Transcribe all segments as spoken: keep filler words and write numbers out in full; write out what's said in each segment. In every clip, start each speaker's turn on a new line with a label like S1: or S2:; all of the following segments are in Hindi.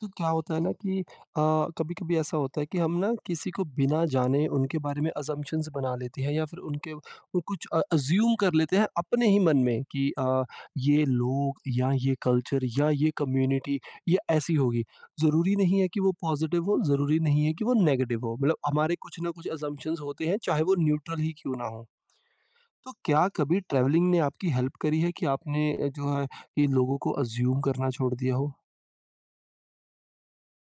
S1: तो क्या होता है ना कि अ, कभी-कभी ऐसा होता है कि हम ना किसी को बिना जाने उनके बारे में असम्पशन्स बना लेते हैं या फिर उनके वो कुछ अ, अज़्यूम कर लेते हैं अपने ही मन में कि अ, ये लोग या ये कल्चर या ये कम्युनिटी ये ऐसी होगी। ज़रूरी नहीं है कि वो पॉज़िटिव हो, ज़रूरी नहीं है कि वो नेगेटिव हो। मतलब हमारे कुछ ना कुछ असम्पशन्स होते हैं चाहे वो न्यूट्रल ही क्यों ना हो। तो क्या कभी ट्रैवलिंग ने आपकी हेल्प करी है कि आपने अ, जो है कि लोगों को अज़्यूम करना छोड़ दिया हो?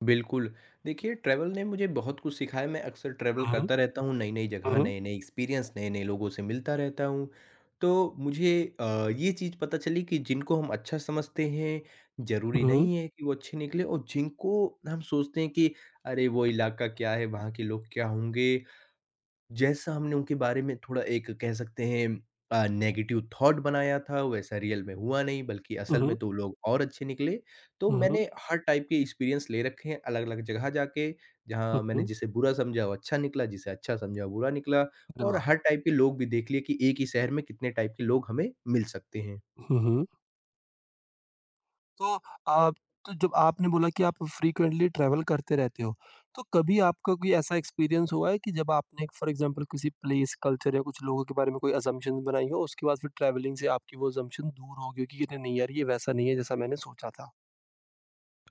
S2: बिल्कुल। देखिए, ट्रैवल ने मुझे बहुत कुछ सिखाया। मैं अक्सर ट्रैवल
S1: हुँ, हुँ।
S2: करता रहता हूँ, नई-नई जगह,
S1: हुँ,
S2: नए-नए एक्सपीरियंस, नए-नए लोगों से मिलता रहता हूँ। तो मुझे अ, ये चीज़ पता चली कि जिनको हम अच्छा समझते हैं, ज़रूरी
S1: हुँ।
S2: नहीं है कि वो अच्छे निकले, और जिनको हम सोचते हैं कि अरे! वो इलाका क्या है, वहाँ के लोग क्या होंगे, जैसा हमने उनके बारे में थोड़ा एक कह सकते हैं अ, नेगेटिव थॉट बनाया था, वैसा रियल में हुआ नहीं, बल्कि
S1: हुँ,
S2: असल में
S1: हुँ।
S2: तो लोग और अच्छे निकले। तो
S1: हुँ, हुँ।
S2: मैंने हर टाइप के एक्सपीरियंस ले रखे हैं अलग-अलग जगह जाके,
S1: हुँ,
S2: जहाँ मैंने
S1: हुँ।
S2: जिसे बुरा समझा वो अच्छा निकला, जिसे अच्छा समझा वो बुरा निकला,
S1: अरे
S2: और
S1: वाह!
S2: हर टाइप के लोग भी देख लिए कि एक ही शहर में कितने टाइप के लोग हमें मिल सकते हैं।
S1: हुँ, हुँ। तो आप तो जब आपने बोला कि आप फ्रीक्वेंटली ट्रैवल करते रहते हो, तो कभी आपका कोई ऐसा एक्सपीरियंस हुआ है कि जब आपने फॉर एग्ज़ाम्पल किसी प्लेस, कल्चर या कुछ लोगों के बारे में कोई असम्पशन्स बनाई हो, उसके बाद फिर ट्रैवलिंग से आपकी वो असम्पशन दूर हो गई हो कि अरे नहीं यार, ये वैसा नहीं है जैसा मैंने सोचा था?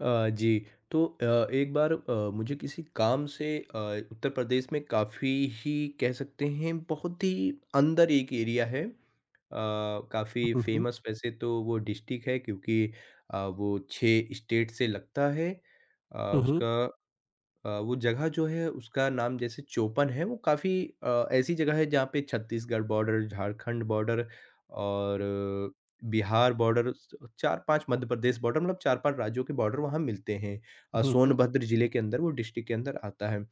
S2: अ, जी, तो अ, एक बार अ, मुझे किसी काम से अ, उत्तर प्रदेश में काफ़ी ही कह सकते हैं बहुत ही अंदर एक एरिया है। अ, काफ़ी
S1: हुँ, हुँ।
S2: फेमस वैसे तो वो डिस्ट्रिक्ट है, क्योंकि अ, वो छह स्टेट से लगता है। अ,
S1: हुँ, हुँ।
S2: उसका अ, वो जगह जो है उसका नाम जैसे चोपन है, वो काफ़ी अ, ऐसी जगह है जहाँ पे छत्तीसगढ़ बॉर्डर, झारखंड बॉर्डर, और अ, बिहार बॉर्डर, स चार-पाँच मध्य प्रदेश बॉर्डर, मतलब चार-पाँच राज्यों के बॉर्डर वहाँ मिलते हैं। अ,
S1: हुँ, हुँ।
S2: सोनभद्र ज़िले के अंदर, वो डिस्ट्रिक्ट के अंदर आता है।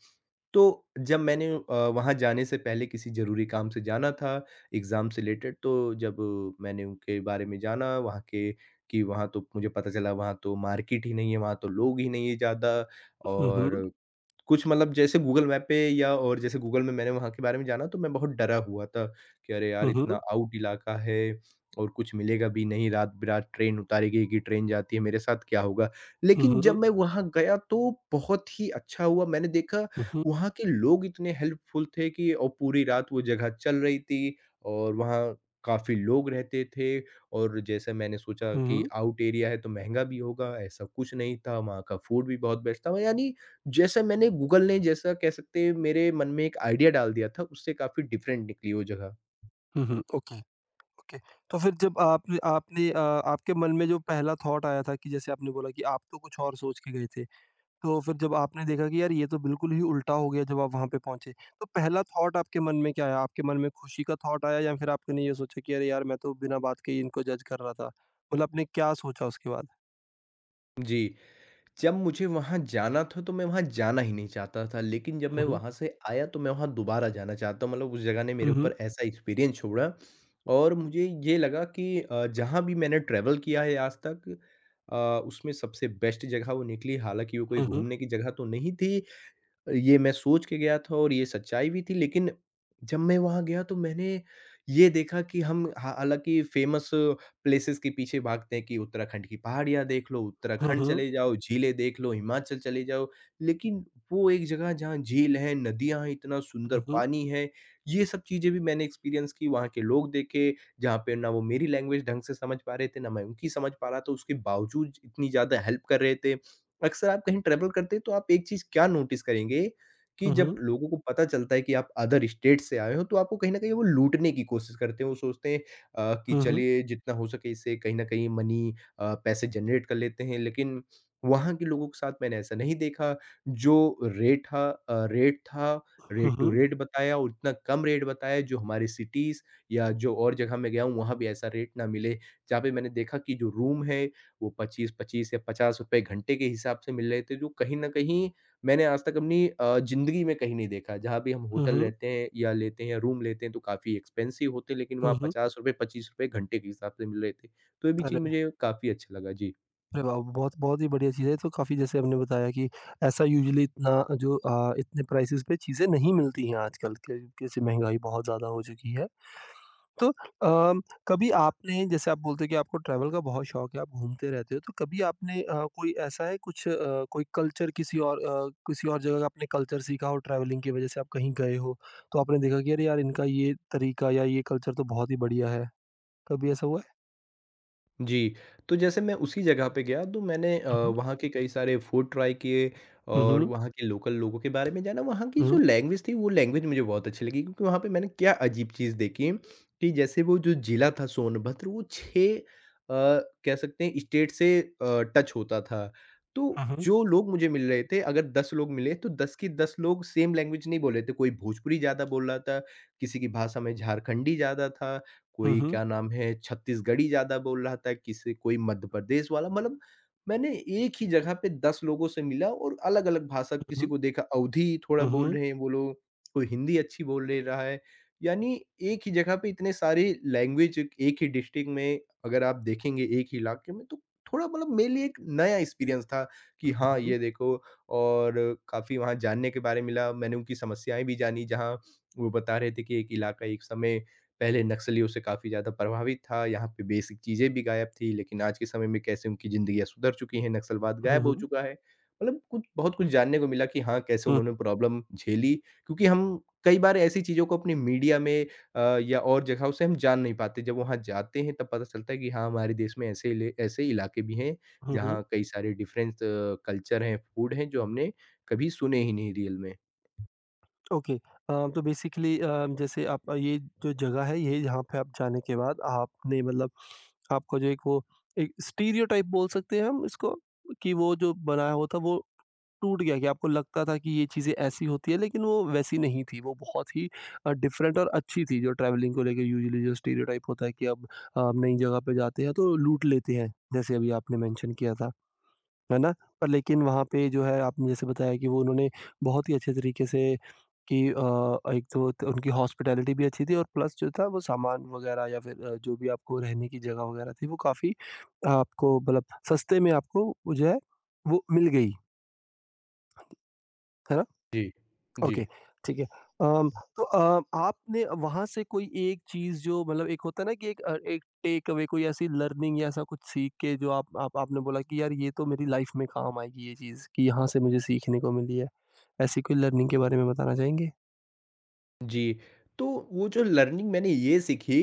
S2: तो जब मैंने अ, वहाँ जाने से पहले किसी ज़रूरी काम से जाना था, एग्ज़ाम से रिलेटेड, तो जब मैंने उनके बारे में जाना वहाँ के, कि वहाँ तो मुझे पता चला वहाँ तो मार्केट ही नहीं है, वहाँ तो लोग ही नहीं है ज़्यादा,
S1: हुँ, हुँ।
S2: और कुछ मतलब जैसे गूगल मैप पे या और जैसे गूगल में मैंने वहाँ के बारे में जाना, तो मैं बहुत डरा हुआ था कि अरे यार,
S1: हुँ,
S2: इतना
S1: हुँ।
S2: आउट इलाका है, और कुछ मिलेगा भी नहीं, रात बिरात ट्रेन उतारेगी कि ट्रेन जाती है, मेरे साथ क्या होगा।
S1: हुँ,
S2: लेकिन जब
S1: हुँ।
S2: मैं वहाँ गया, तो बहुत ही अच्छा हुआ, मैंने देखा
S1: हुँ, हुँ।
S2: वहाँ के लोग इतने हेल्पफुल थे, कि और पूरी रात वो जगह चल रही थी, और वहाँ काफ़ी लोग रहते थे। और जैसे मैंने सोचा
S1: हुँ,
S2: कि
S1: हुँ।
S2: आउट एरिया है तो महंगा भी होगा, ऐसा कुछ नहीं था। वहाँ का फूड भी बहुत बेस्ट था, यानी जैसे मैंने गूगल ने जैसा कह सकते हैं मेरे मन में एक आइडिया डाल दिया था, उससे काफ़ी डिफरेंट निकली वो जगह।
S1: हुँ, हुँ। ओके। ओके। तो फिर जब आपने आपने अ, आपके मन में जो पहला थॉट आया था कि जैसे आपने बोला कि आप तो कुछ और सोच के गए थे, तो फिर जब आपने देखा कि यार ये तो बिल्कुल ही उल्टा हो गया जब आप वहाँ पे पहुँचे, तो पहला थॉट आपके मन में क्या आया? आपके मन में खुशी का थॉट आया या फिर आपने ये सोचा कि अरे यार मैं तो बिना बात के ही इनको जज कर रहा था? मतलब आपने क्या सोचा उसके बाद?
S2: जी, जब मुझे वहाँ जाना था तो मैं वहाँ जाना ही नहीं चाहता था, लेकिन जब मैं
S1: हुँ, हुँ।
S2: वहाँ से आया तो मैं वहाँ दोबारा जाना चाहता हूँ। मतलब उस जगह ने मेरे
S1: हुँ, हुँ।
S2: ऊपर ऐसा एक्सपीरियंस छोड़ा, और मुझे ये लगा कि अ, जहाँ भी मैंने ट्रैवल किया है आज तक, अ, उसमें सबसे बेस्ट जगह वो निकली। हालाँकि वो कोई
S1: हुँ, हुँ।
S2: घूमने की जगह तो नहीं थी, ये मैं सोच के गया था, और ये सच्चाई भी थी। लेकिन जब मैं वहाँ गया तो मैंने ये देखा कि हम हा हालाँकि फ़ेमस प्लेसेस के पीछे भागते हैं, कि उत्तराखंड की पहाड़ियाँ देख लो,
S1: हुँ,
S2: उत्तराखंड
S1: हुँ।
S2: चले जाओ, झीलें देख लो, हिमाचल चले जाओ। लेकिन वो एक जगह जहाँ झील है, नदियाँ हैं, इतना सुंदर
S1: हुँ, हुँ।
S2: पानी है, ये सब चीज़ें भी मैंने एक्सपीरियंस की। वहाँ के लोग देखे, जहाँ पे ना वो मेरी लैंग्वेज ढंग से समझ पा रहे थे, ना मैं उनकी समझ पा रहा था, उसके बावजूद इतनी ज़्यादा हेल्प कर रहे थे। अक्सर आप कहीं ट्रैवल करते हैं, तो आप एक चीज़ क्या नोटिस करेंगे, कि
S1: हुँ,
S2: जब
S1: हुँ।
S2: लोगों को पता चलता है कि आप अदर स्टेट से आए हो, तो आपको कहीं न कहीं वो लूटने की कोशिश करते हैं। वो सोचते हैं अ, कि
S1: हुँ, हुँ।
S2: चलिए जितना हो सके इससे कहीं न कहीं मनी अ, पैसे जनरेट कर लेते हैं। लेकिन वहाँ के लोगों के साथ मैंने ऐसा नहीं देखा। जो रेट था अ, रेट था,
S1: हुँ,
S2: रेट टू
S1: हुँ।
S2: रेट बताया, और इतना कम रेट बताया जो हमारे सिटीज़ या जो और जगह मैं गया हूँ वहाँ भी ऐसा रेट ना मिले। जहाँ पे मैंने देखा कि जो रूम है वो पच्चीस-पच्चीस या ₹पचास रुपये घंटे के हिसाब से मिल रहे थे, जो कहीं न कहीं मैंने आज तक अपनी अ, ज़िंदगी में कहीं नहीं देखा। जहाँ भी हम
S1: हुँ,
S2: होटल
S1: हुँ।
S2: रहते हैं या लेते हैं या रूम लेते हैं तो काफ़ी एक्सपेंसिव होते हैं, लेकिन
S1: हुँ,
S2: वहाँ
S1: हुँ।
S2: ₹पचास रुपये ₹पच्चीस रुपये घंटे के हिसाब से मिल रहे थे। तो ये भी चीज़
S1: अरे
S2: मुझे काफ़ी अच्छा लगा। जी।
S1: अरे वाह! बहुत बहुत ही बढ़िया चीज़ है, तो काफ़ी जैसे आपने बताया कि ऐसा यूजुअली इतना जो अ, इतने प्राइसेज़ पे चीज़ें नहीं मिलती हैं आजकल के जैसे महँगाई बहुत ज़्यादा हो चुकी है। तो अ, कभी आपने जैसे आप बोलते हो कि आपको ट्रैवल का बहुत शौक है, आप घूमते रहते हो, तो कभी आपने अ, कोई ऐसा है कुछ अ, कोई कल्चर किसी और अ, किसी और जगह का आपने कल्चर सीखा हो ट्रैवलिंग की वज़ह से आप कहीं गए हो, तो आपने देखा कि अरे यार इनका ये तरीका या ये कल्चर तो बहुत ही बढ़िया है, कभी ऐसा हुआ है?
S2: जी, तो जैसे मैं उसी जगह पे गया तो मैंने अ,
S1: हुँ, हुँ।
S2: वहाँ के कई सारे फूड ट्राई किए,
S1: हुँ,
S2: और
S1: हुँ।
S2: वहाँ के लोकल लोगों के बारे में जाना, वहाँ की
S1: हुँ,
S2: जो लैंग्वेज थी वो लैंग्वेज मुझे बहुत अच्छी लगी, क्योंकि वहाँ पे मैंने क्या अजीब चीज़ देखी कि जैसे वो जो ज़िला था सोनभद्र वो छह अ, कह सकते हैं स्टेट से अ, टच होता था। तो
S1: हुँ,
S2: जो लोग मुझे मिल रहे थे, अगर दस लोग मिले तो दस के दस लोग सेम लैंग्वेज नहीं बोल रहे थे, कोई भोजपुरी ज़्यादा बोल रहा था, किसी की भाषा में झारखंडी ज़्यादा था।
S1: हुँ,
S2: कोई
S1: हुँ, हुँ,
S2: क्या नाम है छत्तीसगढ़ी ज़्यादा बोल रहा था, किसी कोई मध्य प्रदेश वाला, मतलब मैंने एक ही जगह पे दस लोगों से मिला, और अलग-अलग भाषा किसी
S1: हुँ,
S2: को देखा अवधी थोड़ा
S1: हुँ,
S2: बोल
S1: हुँ।
S2: रहे हैं वो लोग, कोई हिंदी अच्छी बोल ले रहा है। यानी एक ही जगह पे इतने सारे लैंग्वेज, एक ही डिस्ट्रिक्ट में, अगर आप देखेंगे एक ही इलाके में, तो थोड़ा मतलब मेरे लिए एक नया एक्सपीरियंस था कि हाँ,
S1: हुँ,
S2: ये देखो। और काफ़ी वहाँ जानने के बारे में मिला। मैंने उनकी समस्याएँ भी जानी, जहाँ वो बता रहे थे कि एक इलाका एक समय पहले नक्सलियों से काफ़ी ज़्यादा प्रभावित था, यहाँ पे बेसिक चीज़ें भी गायब थी, लेकिन आज के समय में कैसे उनकी ज़िंदगियाँ सुधर चुकी हैं, नक्सलवाद
S1: हुँ,
S2: गायब हो
S1: हुँ।
S2: चुका है। मतलब कुछ बहुत कुछ जानने को मिला कि हाँ, कैसे
S1: हुँ,
S2: उन्होंने प्रॉब्लम झेली, क्योंकि हम कई बार ऐसी चीज़ों को अपनी मीडिया में अ, या और जगहों से हम जान नहीं पाते। जब वहाँ जाते हैं तब पता चलता है कि हाँ, हमारे देश में ऐसे इले ऐसे इलाके भी हैं,
S1: हुँ, हुँ।
S2: जहाँ कई सारे डिफरेंस अ, कल्चर हैं, फूड हैं, जो हमने कभी सुने ही नहीं रियल में।
S1: ओके अ, तो बेसिकली अ, जैसे आप अ, ये जो जगह है ये यहाँ पे आप जाने के बाद आपने मतलब आपका जो एक वो एक स्टीरियोटाइप बोल सकते हैं हम इसको कि वो जो बनाया हुआ था वो टूट गया कि आपको लगता था कि ये चीज़ें ऐसी होती है लेकिन वो वैसी नहीं थी। वो बहुत ही अ, डिफरेंट और अच्छी थी जो ट्रैवलिंग को लेके यूजुअली जो स्टीरियोटाइप होता है कि अब अ, हम नई जगह पे जाते हैं तो लूट लेते हैं, जैसे अभी आपने मेंशन किया था। है ना? पर लेकिन वहाँ पे जो है आपने जैसे बताया कि वो उन्होंने बहुत ही अच्छे तरीके से कि अ, एक तो त उनकी हॉस्पिटैलिटी भी अच्छी थी और प्लस जो था वो सामान वग़ैरह या फिर अ, जो भी आपको रहने की जगह वग़ैरह थी वो काफ़ी आपको मतलब सस्ते में आपको वो जो है वो मिल गई, है ना?
S2: जी। जी।
S1: ओके, ठीक है। अम, तो अ, आपने वहाँ से कोई एक चीज़ जो मतलब एक होता है ना कि एक अ, एक टेक अवे कोई ऐसी लर्निंग या ऐसा कुछ सीख के जो आप आप आपने बोला कि यार ये तो मेरी लाइफ़ में काम आएगी ये चीज़ कि यहाँ से मुझे सीखने को मिली है। ऐसी कोई लर्निंग के बारे में बताना चाहेंगे?
S2: जी, तो वो जो लर्निंग मैंने ये सीखी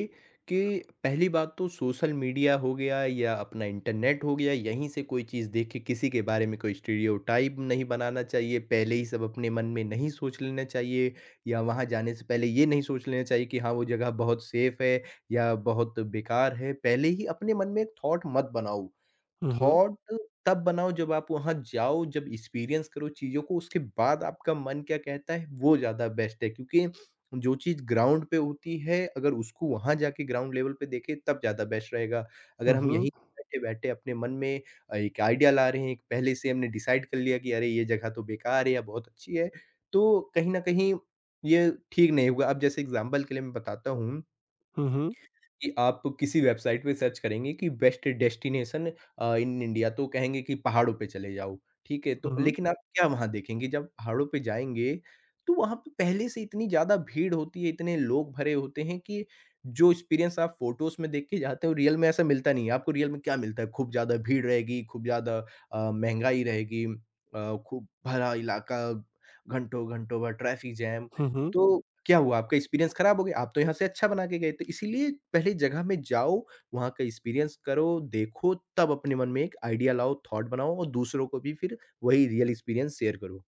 S2: कि पहली बात, तो सोशल मीडिया हो गया या अपना इंटरनेट हो गया, यहीं से कोई चीज़ देख के किसी के बारे में कोई स्टीरियोटाइप नहीं बनाना चाहिए। पहले ही सब अपने मन में नहीं सोच लेना चाहिए, या वहाँ जाने से पहले ये नहीं सोच लेना चाहिए कि हाँ, वो जगह बहुत सेफ़ है या बहुत बेकार है। पहले ही अपने मन में एक थॉट मत बनाओ।
S1: हुँ, हुँ।
S2: थॉट तब बनाओ जब आप वहाँ जाओ, जब एक्सपीरियंस करो चीज़ों को, उसके बाद आपका मन क्या कहता है, वो ज़्यादा बेस्ट है। क्योंकि जो चीज़ ग्राउंड पे होती है, अगर उसको वहाँ जाके ग्राउंड लेवल पे देखें, तब ज़्यादा बेस्ट रहेगा। अगर
S1: हुँ,
S2: हम यहीं
S1: हुँ।
S2: बैठे-बैठे अपने मन में अ, एक आइडिया ला रहे हैं, एक पहले से हमने डिसाइड कर लिया कि अरे! ये जगह तो बेकार है या बहुत अच्छी है, तो कहीं न कहीं ये ठीक नहीं होगा। अब जैसे एग्ज़ाम्पल के लिए मैं बताता हूँ
S1: हुँ, हुँ।
S2: कि आप किसी वेबसाइट पे सर्च करेंगे कि best destination uh, in India, तो कहेंगे कि पहाड़ों पे चले जाओ, ठीक है? तो
S1: हुँ, हुँ।
S2: लेकिन आप क्या वहाँ देखेंगे जब पहाड़ों पे जाएँगे, तो वहाँ पे पहले से इतनी ज़्यादा भीड़ होती है, इतने लोग भरे होते हैं कि जो एक्सपीरियंस आप फ़ोटोज़ में देख के जाते हो रियल में ऐसा मिलता नहीं है। आपको रियल में क्या मिलता है? खूब ज़्यादा भीड़ रहेगी, खूब ज़्यादा अ, महँगाई रहेगी, अ, खूब भरा इलाका, घंटों-घंटों भर ट्रैफिक जैम।
S1: हुँ, हुँ।
S2: तो क्या हुआ? आपका एक्सपीरियंस खराब हो गया? आप तो यहाँ से अच्छा बना के गए थे। इसीलिए पहले जगह में जाओ, वहाँ का एक्सपीरियंस करो, देखो, तब अपने मन में एक आइडिया लाओ, थॉट बनाओ और दूसरों को भी फिर वही रियल एक्सपीरियंस शेयर करो।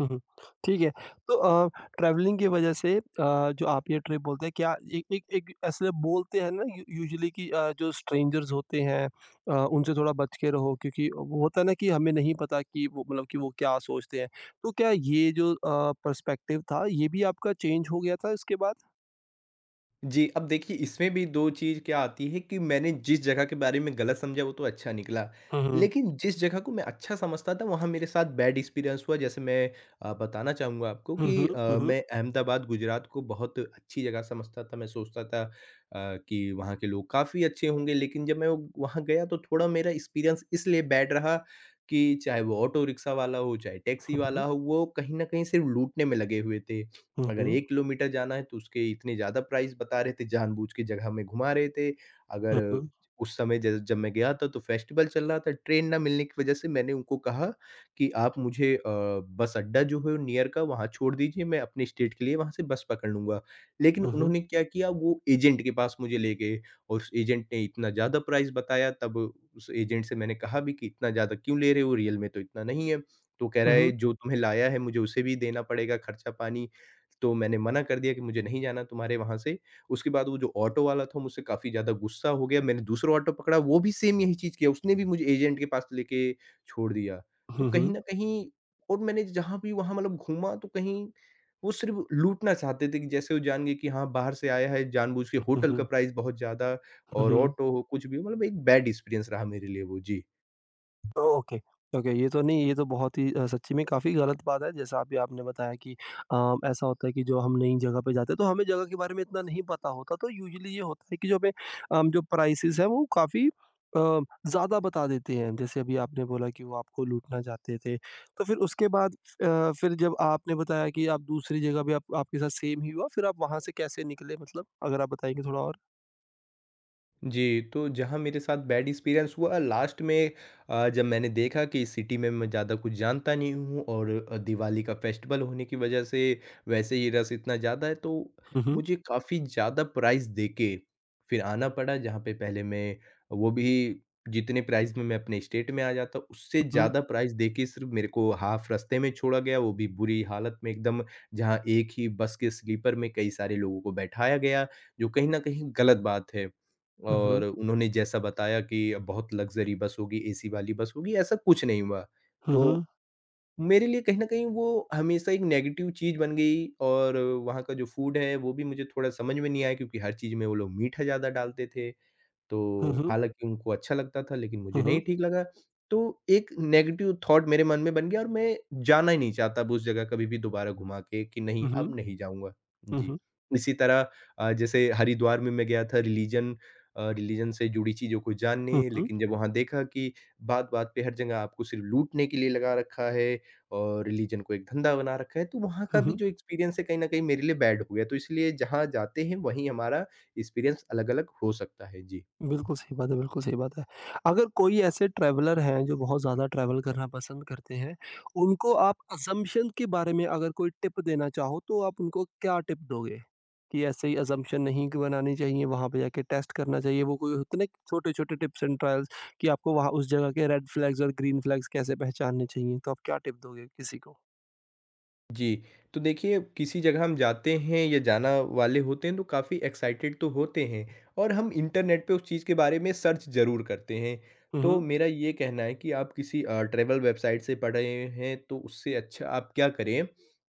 S1: हुँ, हुँ। ठीक है, तो अ, ट्रैवलिंग की वजह से अ, जो आप ये ट्रिप बोलते हैं क्या एक एक एक ऐसे बोलते हैं ना यू यूजुअली कि अ, जो स्ट्रेंजर्स होते हैं अ, उनसे थोड़ा बच के रहो क्योंकि वो होता है ना कि हमें नहीं पता कि वो मतलब कि वो क्या सोचते हैं। तो क्या ये जो अ, पर्सपेक्टिव था ये भी आपका चेंज हो गया था इसके बाद?
S2: जी, अब देखिए इसमें भी दो चीज़ क्या आती है कि मैंने जिस जगह के बारे में गलत समझा वो तो अच्छा निकला।
S1: हुँ, हुँ।
S2: लेकिन जिस जगह को मैं अच्छा समझता था वहाँ मेरे साथ बैड एक्सपीरियंस हुआ। जैसे मैं अ, बताना चाहूँगा आपको
S1: हुँ,
S2: कि
S1: हुँ,
S2: अ,
S1: हुँ, हुँ,
S2: मैं अहमदाबाद गुजरात को बहुत अच्छी जगह समझता था। मैं सोचता था अ, कि वहाँ के लोग काफ़ी अच्छे होंगे, लेकिन जब मैं वो वहाँ गया तो थोड़ा मेरा एक्सपीरियंस इसलिए बैड रहा कि चाहे वो ऑटो रिक्शा वाला हो, चाहे टैक्सी वाला
S1: हुँ,
S2: हो, वो कहीं न कहीं सिर्फ़ लूटने में लगे हुए थे।
S1: हुँ,
S2: अगर
S1: हुँ,
S2: एक किलोमीटर जाना है तो उसके इतने ज़्यादा प्राइस बता रहे थे, जानबूझ के जगह में घुमा रहे थे। अगर
S1: हुँ,
S2: उस समय ज जब मैं गया था तो फेस्टिवल चल रहा था, ट्रेन ना मिलने की वजह से मैंने उनको कहा कि आप मुझे अ, बस अड्डा जो है नियर का वहाँ छोड़ दीजिए, मैं अपने स्टेट के लिए वहाँ से बस पकड़ लूँगा। लेकिन
S1: हुँ, हुँ, हुँ, हुँ, हुँ,
S2: उन्होंने क्या किया, वो एजेंट के पास मुझे ले गए और उस एजेंट ने इतना ज़्यादा प्राइस बताया, तब उस एजेंट से मैंने कहा भी कि इतना ज़्यादा क्यों ले रहे हो? रियल में तो इतना नहीं है। तो कह रहा है
S1: हुँ,
S2: जो तुम्हें लाया है, मुझे उसे भी देना पड़ेगा खर्चा पानी। तो मैंने मना कर दिया कि मुझे नहीं जाना तुम्हारे वहाँ से। उसके बाद वो जो ऑटो वाला था मुझसे काफ़ी ज़्यादा गुस्सा हो गया। मैंने दूसरा ऑटो पकड़ा, वो भी सेम यही चीज़ किया। उसने भी मुझे एजेंट के पास लेके छोड़ दिया। तो
S1: हुँ,
S2: कहीं
S1: हुँ,
S2: न कहीं और मैंने जहाँ भी वहाँ मतलब घूमा, तो कहीं वो सिर्फ़ लूटना चाहते थे कि जैसे वो जान गए कि हाँ, बाहर से आया है, जानबूझ के होटल का
S1: हुँ,
S2: प्राइस बहुत ज़्यादा
S1: हुँ,
S2: और
S1: हुँ।
S2: ऑटो हो, कुछ भी हो, मतलब एक बैड एक्सपीरियंस रहा मेरे लिए वो। जी।
S1: ओके, ओके ये तो नहीं ये तो बहुत ही अ, सच्ची में काफ़ी गलत बात है जैसा अभी आपने बताया कि अ, ऐसा होता है कि जो हम नई जगह पे जाते हैं तो हमें जगह के बारे में इतना नहीं पता होता तो यूजुअली ये होता है कि जो हमें अम, जो प्राइसेस हैं वो काफ़ी अ, ज़्यादा बता देते हैं। जैसे अभी आपने बोला कि वो आपको लूटना चाहते थे। तो फिर उसके बाद अ, फिर जब आपने बताया कि आप दूसरी जगह भी आप आपके साथ सेम ही हुआ फिर आप वहाँ से कैसे निकले मतलब? अगर आप बताएँगे थोड़ा और?
S2: जी, तो जहाँ मेरे साथ बैड एक्सपीरियंस हुआ लास्ट में, अ, जब मैंने देखा कि इस सिटी में मैं ज़्यादा कुछ जानता नहीं हूँ और अ, दिवाली का फेस्टिवल होने की वजह से वैसे ही रश इतना ज़्यादा है, तो
S1: हुँ, हुँ,
S2: मुझे काफ़ी ज़्यादा प्राइस देके फिर आना पड़ा, जहाँ पे पहले मैं, वो भी जितने प्राइस में मैं अपने स्टेट में आ जाता, उससे
S1: हुँ,
S2: ज़्यादा प्राइस देके सिर्फ मेरे को हाफ रास्ते में छोड़ा गया, वो भी बुरी हालत में एकदम, जहाँ एक ही बस के स्लीपर में कई सारे लोगों को बैठाया गया, जो कहीं न कहीं गलत बात है।
S1: हुँ, हुँ,
S2: और उन्होंने जैसा बताया कि बहुत लग्ज़री बस होगी, एसी वाली बस होगी, ऐसा कुछ नहीं हुआ।
S1: हुँ,
S2: तो मेरे लिए कहीं न कहीं वो हमेशा एक नेगेटिव चीज़ बन गई, और वहाँ का जो फूड है, वो भी मुझे थोड़ा समझ में नहीं आया, क्योंकि हर चीज़ में वो लोग मीठा ज़्यादा डालते थे।
S1: हुँ, हुँ,
S2: तो
S1: हुँ,
S2: हालाँकि उनको अच्छा लगता था लेकिन मुझे
S1: हुँ,
S2: नहीं
S1: हुँ,
S2: ठीक लगा, तो एक नेगेटिव थॉट मेरे मन में बन गया और मैं जाना ही नहीं चाहता अब उस जगह कभी भी दोबारा, घुमा के कि नहीं,
S1: हुँ,
S2: अब
S1: हुँ,
S2: नहीं जाऊँगा।
S1: हुँ,
S2: जी।
S1: हुँ,
S2: इसी तरह अ, जैसे हरिद्वार में मैं गया था रिलिजन अ, रिलिजन से जुड़ी चीज़ों को जानने,
S1: हुँ।
S2: लेकिन जब वहाँ देखा कि बात-बात पे हर जगह आपको सिर्फ़ लूटने के लिए लगा रखा है और रिलिजन को एक धंधा बना रखा है, तो वहाँ का
S1: हुँ,
S2: भी
S1: हुँ।
S2: जो एक्सपीरियंस है कहीं न कहीं मेरे लिए बैड हो गया, तो इसलिए जहाँ जाते हैं वहीं हमारा एक्सपीरियंस अलग-अलग हो सकता है। जी।
S1: बिल्कुल सही बात है, बिल्कुल सही बात है। अगर कोई ऐसे ट्रैवलर हैं जो बहुत ज़्यादा ट्रैवल करना पसंद करते हैं, उनको आप असम्पशन के बारे में अगर कोई टिप देना चाहो तो आप उनको क्या टिप दोगे? कि ऐसे ही असम्पशन नहीं क बनानी चाहिए, वहाँ पे जाके टेस्ट करना चाहिए, वो कोई होते ना छोटे-छोटे टिप्स एंड ट्रायल्स कि आपको वहाँ उस जगह के रेड फ्लैग्स और ग्रीन फ्लैग्स कैसे पहचानने चाहिए, तो आप क्या टिप दोगे किसी को?
S2: जी, तो देखिए किसी जगह हम जाते हैं या जाना वाले होते हैं तो काफ़ी एक्साइटेड तो होते हैं और हम इंटरनेट पे उस चीज़ के बारे में सर्च ज़रूर करते हैं।
S1: हुँ,
S2: तो
S1: हुँ।
S2: मेरा ये कहना है कि आप किसी अ, ट्रैवल वेबसाइट से पढ़ रहे हैं तो उससे अच्छा आप क्या करें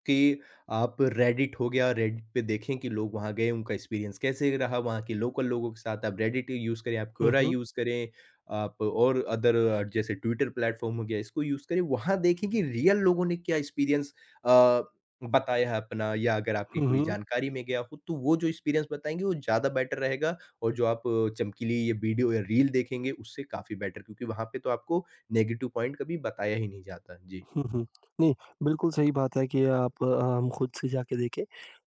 S2: कि आप रेडिट हो गया, रेडिट पे देखें कि लोग वहाँ गए उनका एक्सपीरियंस कैसे रहा, वहाँ के लोकल लोगों के साथ, आप रेडिट यूज़ करें, आप
S1: हुँ,
S2: क्वोरा
S1: हुँ।
S2: यूज़ करें, आप और अदर जैसे ट्विटर प्लेटफ़ॉर्म हो गया इसको यूज़ करें। वहाँ देखें कि रियल लोगों ने क्या एक्सपीरियंस अ, बताया है अपना, या अगर आपकी
S1: हुँ,
S2: कोई
S1: हुँ।
S2: जानकारी में गया हो, तो वो जो एक्सपीरियंस बताएँगे वो ज़्यादा बेटर रहेगा, और जो आप अ, चमकीली ये वीडियो या रील देखेंगे उससे काफ़ी बेटर, क्योंकि वहाँ पे तो आपको नेगेटिव पॉइंट कभी बताया ही नहीं जाता। जी।
S1: हुँ, हुँ। नहीं, बिल्कुल सही बात है कि आप अ, हम खुद से जाके देखें।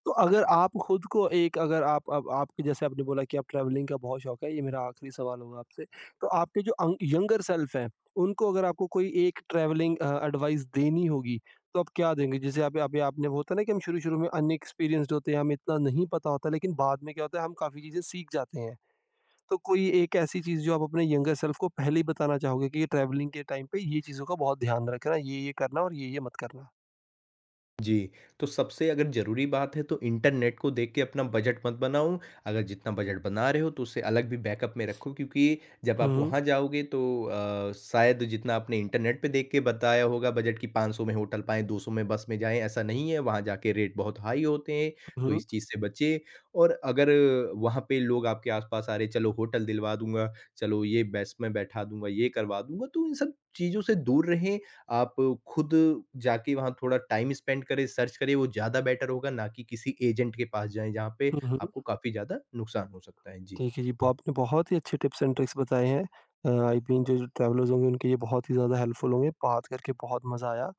S1: तो अगर आप खुद को एक अगर आप आप आपके जैसे आपने बोला कि आप ट्रैवलिंग का बहुत शौक है, ये मेरा आखिरी सवाल होगा आपसे। तो आपके जो अंग यंगर सेल्फ है, उनको अगर आपको कोई एक ट्रैवलिंग अ, एडवाइस देनी होगी, तो आप क्या देंगे? जैसे अभी अभी आपने वो होता है ना कि हम शुरू-शुरू में अनएक्सपीरियंस्ड होते हैं, हमें इतना नहीं पता होता, लेकिन बाद में क्या होता है, हम काफ़ी चीज़ें सीख जाते हैं। तो कोई एक ऐसी चीज़ जो आप अपने यंगर सेल्फ को पहले ही बताना चाहोगे कि ये ट्रैवलिंग के टाइम पे ये चीज़ों का बहुत ध्यान रखना, ये ये करना और ये ये मत करना?
S2: जी, तो सबसे अगर ज़रूरी बात है तो इंटरनेट को देख के अपना बजट मत बनाओ। अगर जितना बजट बना रहे हो तो उससे अलग भी बैकअप में रखो, क्योंकि जब आप
S1: हुँ,
S2: वहाँ जाओगे तो अ, शायद जितना आपने इंटरनेट पे देख के बताया होगा बजट कि पाँच सौ में होटल पाएँ, दो सौ में बस में जाएँ, ऐसा नहीं है। वहाँ जाके रेट बहुत हाई होते हैं, तो
S1: हुँ,
S2: इस चीज़ से बचें। और अगर वहाँ पे लोग आपके आस-पास आ रहे हैं, चलो होटल दिलवा दूँगा, चलो ये बस में बैठा दूँगा, ये करवा दूँगा, तो इन सब चीज़ों से दूर रहें। आप खुद जाके वहाँ थोड़ा टाइम स्पेंड करें, सर्च करें, वो ज़्यादा बेटर होगा, ना कि किसी एजेंट के पास जाएँ, जहाँ पे
S1: हुँ, हुँ।
S2: आपको काफ़ी ज़्यादा नुकसान हो सकता है। जी।
S1: ठीक है जी, ब आपने बहुत ही अच्छे टिप्स एंड ट्रिक्स बताए हैं। अ, आई थिंक जो जो ट्रैवलर्स होंगे उनके लिए बहुत ही ज़्यादा हेल्पफुल होंगे। बात करके बहुत मज़ा आया।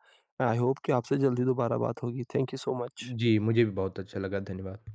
S1: आई होप कि आपसे जल्दी दोबारा बात होगी। Thank you so much.
S2: जी, मुझे भी बहुत अच्छा लगा। धन्यवाद।